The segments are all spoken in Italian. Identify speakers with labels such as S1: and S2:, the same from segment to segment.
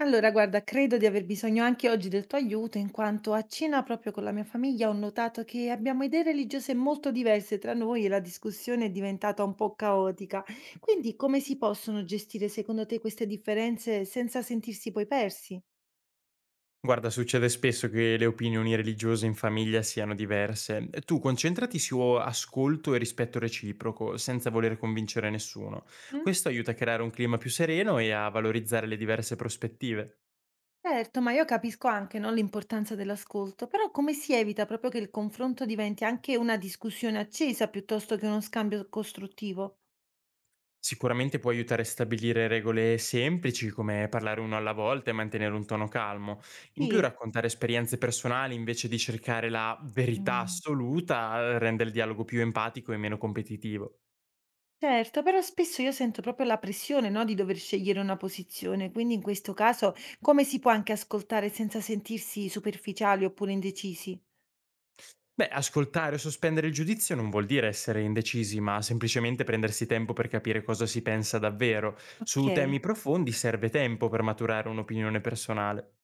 S1: Allora, guarda, credo di aver bisogno anche oggi del tuo aiuto, in quanto a cena proprio con la mia famiglia ho notato che abbiamo idee religiose molto diverse tra noi e la discussione è diventata un po' caotica. Quindi, come si possono gestire secondo te queste differenze senza sentirsi poi persi?
S2: Guarda, succede spesso che le opinioni religiose in famiglia siano diverse. Tu concentrati su ascolto e rispetto reciproco, senza voler convincere nessuno.
S1: Mm?
S2: Questo aiuta a creare un clima più sereno e a valorizzare le diverse prospettive.
S1: Certo, ma io capisco anche, no, l'importanza dell'ascolto, però come si evita proprio che il confronto diventi anche una discussione accesa piuttosto che uno scambio costruttivo?
S2: Sicuramente può aiutare a stabilire regole semplici, come parlare uno alla volta e mantenere un tono calmo. In più,
S1: Sì.
S2: raccontare esperienze personali invece di cercare la verità
S1: Mm.
S2: assoluta rende il dialogo più empatico e meno competitivo.
S1: Certo, però spesso io sento proprio la pressione, no, di dover scegliere una posizione, quindi in questo caso come si può anche ascoltare senza sentirsi superficiali oppure indecisi?
S2: Beh, ascoltare o sospendere il giudizio non vuol dire essere indecisi, ma semplicemente prendersi tempo per capire cosa si pensa davvero. Su
S1: Ok,
S2: temi profondi serve tempo per maturare un'opinione personale.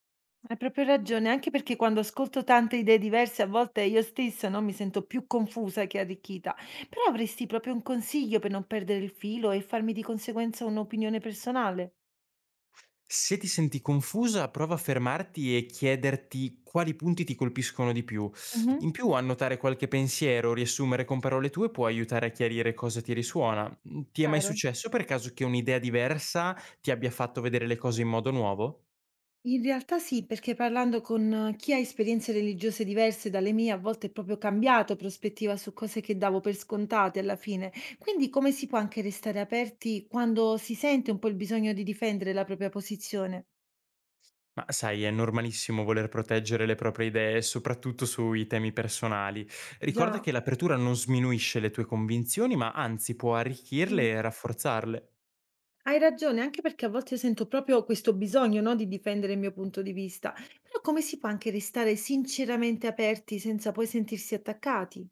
S1: hai proprio ragione, anche perché quando ascolto tante idee diverse a volte io stessa, no, mi sento più confusa che arricchita, però avresti proprio un consiglio per non perdere il filo e farmi di conseguenza un'opinione personale?
S2: Se ti senti confusa, prova a fermarti e chiederti quali punti ti colpiscono di più.
S1: Mhm.
S2: In più, annotare qualche pensiero o riassumere con parole tue può aiutare a chiarire cosa ti risuona. Ti è mai
S1: Chiaro.
S2: successo per caso che un'idea diversa ti abbia fatto vedere le cose in modo nuovo?
S1: In realtà sì, perché parlando con chi ha esperienze religiose diverse dalle mie, a volte è proprio cambiato prospettiva su cose che davo per scontate alla fine. Quindi come si può anche restare aperti quando si sente un po' il bisogno di difendere la propria posizione?
S2: Ma sai, è normalissimo voler proteggere le proprie idee, soprattutto sui temi personali. Ricorda
S1: Già,
S2: che l'apertura non sminuisce le tue convinzioni, ma anzi può
S1: mm,
S2: arricchirle e rafforzarle.
S1: hai ragione, anche perché a volte io sento proprio questo bisogno, no, di difendere il mio punto di vista. Però come si può anche restare sinceramente aperti senza poi sentirsi attaccati?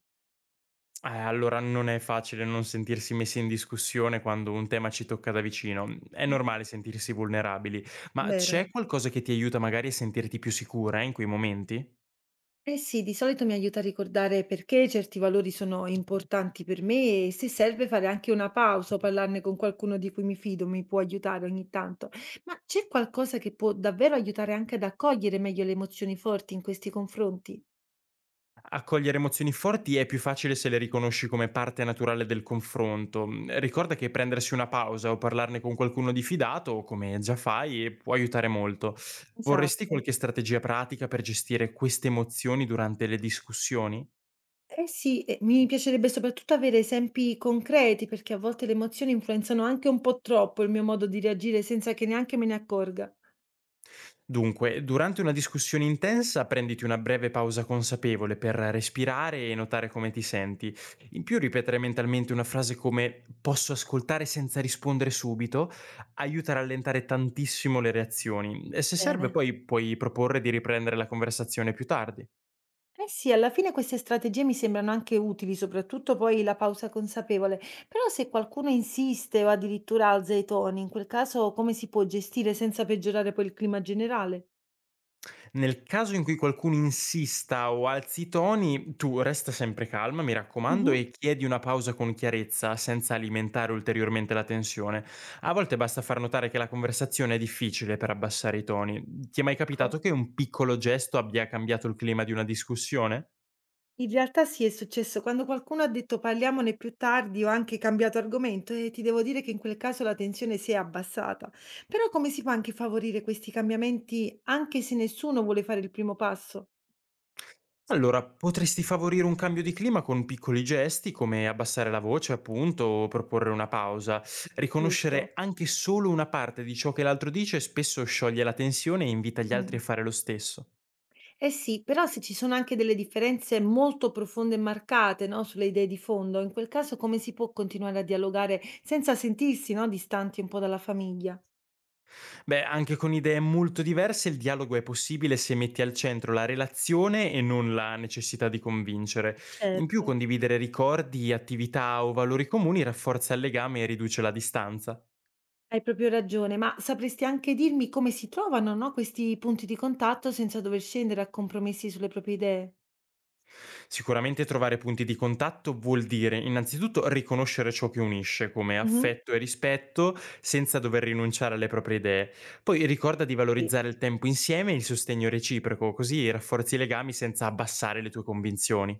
S2: Allora non è facile non sentirsi messi in discussione quando un tema ci tocca da vicino. È
S1: Mhm.
S2: normale sentirsi vulnerabili, ma
S1: Vero.
S2: c'è qualcosa che ti aiuta magari a sentirti più sicura in quei momenti?
S1: Eh sì, di solito mi aiuta a ricordare perché certi valori sono importanti per me e se serve fare anche una pausa o parlarne con qualcuno di cui mi fido, mi può aiutare ogni tanto. Ma c'è qualcosa che può davvero aiutare anche ad accogliere meglio le emozioni forti in questi confronti?
S2: A cogliere emozioni forti è più facile se le riconosci come parte naturale del confronto. Mm, ricorda che prendersi una pausa o parlarne con qualcuno di fidato, come già fai, può aiutare molto. Vorresti
S1: Esatto.
S2: qualche strategia pratica per gestire queste emozioni durante le discussioni?
S1: Eh sì, mi piacerebbe soprattutto avere esempi concreti perché a volte le emozioni influenzano anche un po' troppo il mio modo di reagire senza che neanche me ne accorga.
S2: Dunque, durante una discussione intensa prenditi una breve pausa consapevole per respirare e notare come ti senti. In più ripetere mentalmente una frase come posso ascoltare senza rispondere subito aiuta a rallentare tantissimo le reazioni. E se serve
S1: Bene.
S2: poi puoi proporre di riprendere la conversazione più tardi.
S1: Eh sì, alla fine queste strategie mi sembrano anche utili, soprattutto poi la pausa consapevole. Però se qualcuno insiste o addirittura alza i toni, in quel caso come si può gestire senza peggiorare poi il clima generale?
S2: Nel caso in cui qualcuno insista o alzi i toni, tu resta sempre calma, mi raccomando,
S1: Mhm.
S2: e chiedi una pausa con chiarezza, senza alimentare ulteriormente la tensione. A volte basta far notare che la conversazione è difficile per abbassare i toni. Ti è mai
S1: Ecco,
S2: capitato che un piccolo gesto abbia cambiato il clima di una discussione?
S1: in realtà sì, è successo quando qualcuno ha detto parliamone più tardi o anche cambiato argomento e ti devo dire che in quel caso la tensione si è abbassata. Però come si può anche favorire questi cambiamenti anche se nessuno vuole fare il primo passo?
S2: Allora, potresti favorire un cambio di clima con piccoli gesti come abbassare la voce, appunto, o proporre una pausa.
S1: Giusto.
S2: Riconoscere anche solo una parte di ciò che l'altro dice spesso scioglie la tensione e invita gli altri
S1: Mm.
S2: a fare lo stesso.
S1: Eh sì, però se ci sono anche delle differenze molto profonde e marcate, no, sulle idee di fondo, in quel caso come si può continuare a dialogare senza sentirsi, no, distanti un po' dalla famiglia?
S2: Beh, anche con idee molto diverse il dialogo è possibile se metti al centro la relazione e non la necessità di convincere. In più,
S1: Certo.
S2: condividere ricordi, attività o valori comuni rafforza il legame e riduce la distanza.
S1: Hai proprio ragione, ma sapresti anche dirmi come si trovano, no, questi punti di contatto senza dover scendere a compromessi sulle proprie idee?
S2: Sicuramente trovare punti di contatto vuol dire innanzitutto riconoscere ciò che unisce, come
S1: Mhm.
S2: affetto e rispetto, senza dover rinunciare alle proprie idee. Poi ricorda di
S1: Sì.
S2: valorizzare il tempo insieme e il sostegno reciproco, così rafforzi i legami senza abbassare le tue convinzioni.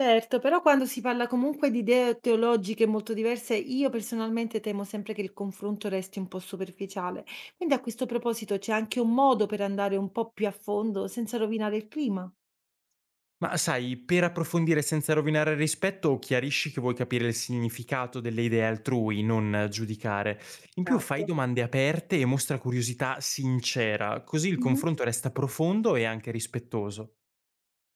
S1: Certo, però quando si parla comunque di idee teologiche molto diverse, io personalmente temo sempre che il confronto resti un po' superficiale. Quindi a questo proposito c'è anche un modo per andare un po' più a fondo senza rovinare il clima.
S2: Ma sai, per approfondire senza rovinare il rispetto, chiarisci che vuoi capire il significato delle idee altrui, non giudicare. In più fai
S1: Esatto.
S2: domande aperte e mostra curiosità sincera, così il
S1: Mhm.
S2: confronto resta profondo e anche rispettoso.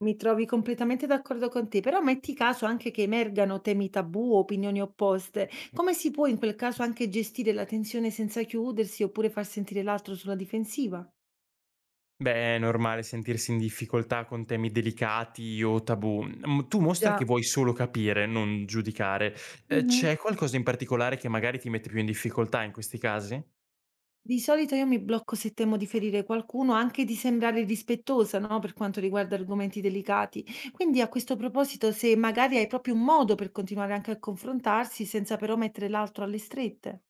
S1: Mi trovi completamente d'accordo con te, però metti caso anche che emergano temi tabù o opinioni opposte. Come si può in quel caso anche gestire la tensione senza chiudersi oppure far sentire l'altro sulla difensiva?
S2: Beh, è normale sentirsi in difficoltà con temi delicati o tabù. Tu mostra che
S1: Già.
S2: vuoi solo capire, non giudicare.
S1: Mhm.
S2: C'è qualcosa in particolare che magari ti mette più in difficoltà in questi casi?
S1: Di solito io mi blocco se temo di ferire qualcuno, anche di sembrare irrispettosa, no, per quanto riguarda argomenti delicati. Quindi a questo proposito, se magari hai proprio un modo per continuare anche a confrontarsi senza però mettere l'altro alle strette.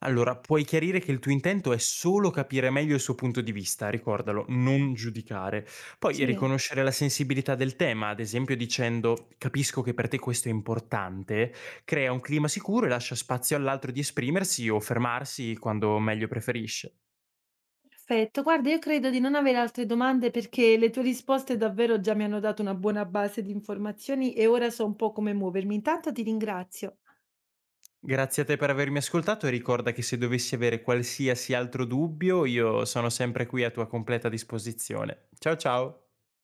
S2: Allora, puoi chiarire che il tuo intento è solo capire meglio il suo punto di vista, ricordalo, non
S1: Ah.
S2: giudicare. Poi
S1: Sì.
S2: riconoscere la sensibilità del tema, ad esempio dicendo capisco che per te questo è importante, crea un clima sicuro e lascia spazio all'altro di esprimersi o fermarsi quando meglio preferisce.
S1: Perfetto, guarda, io credo di non avere altre domande perché le tue risposte davvero già mi hanno dato una buona base di informazioni e ora so un po' come muovermi. Intanto ti ringrazio.
S2: Grazie a te per avermi ascoltato e ricorda che se dovessi avere qualsiasi altro dubbio io sono sempre qui a tua completa disposizione. Ciao ciao.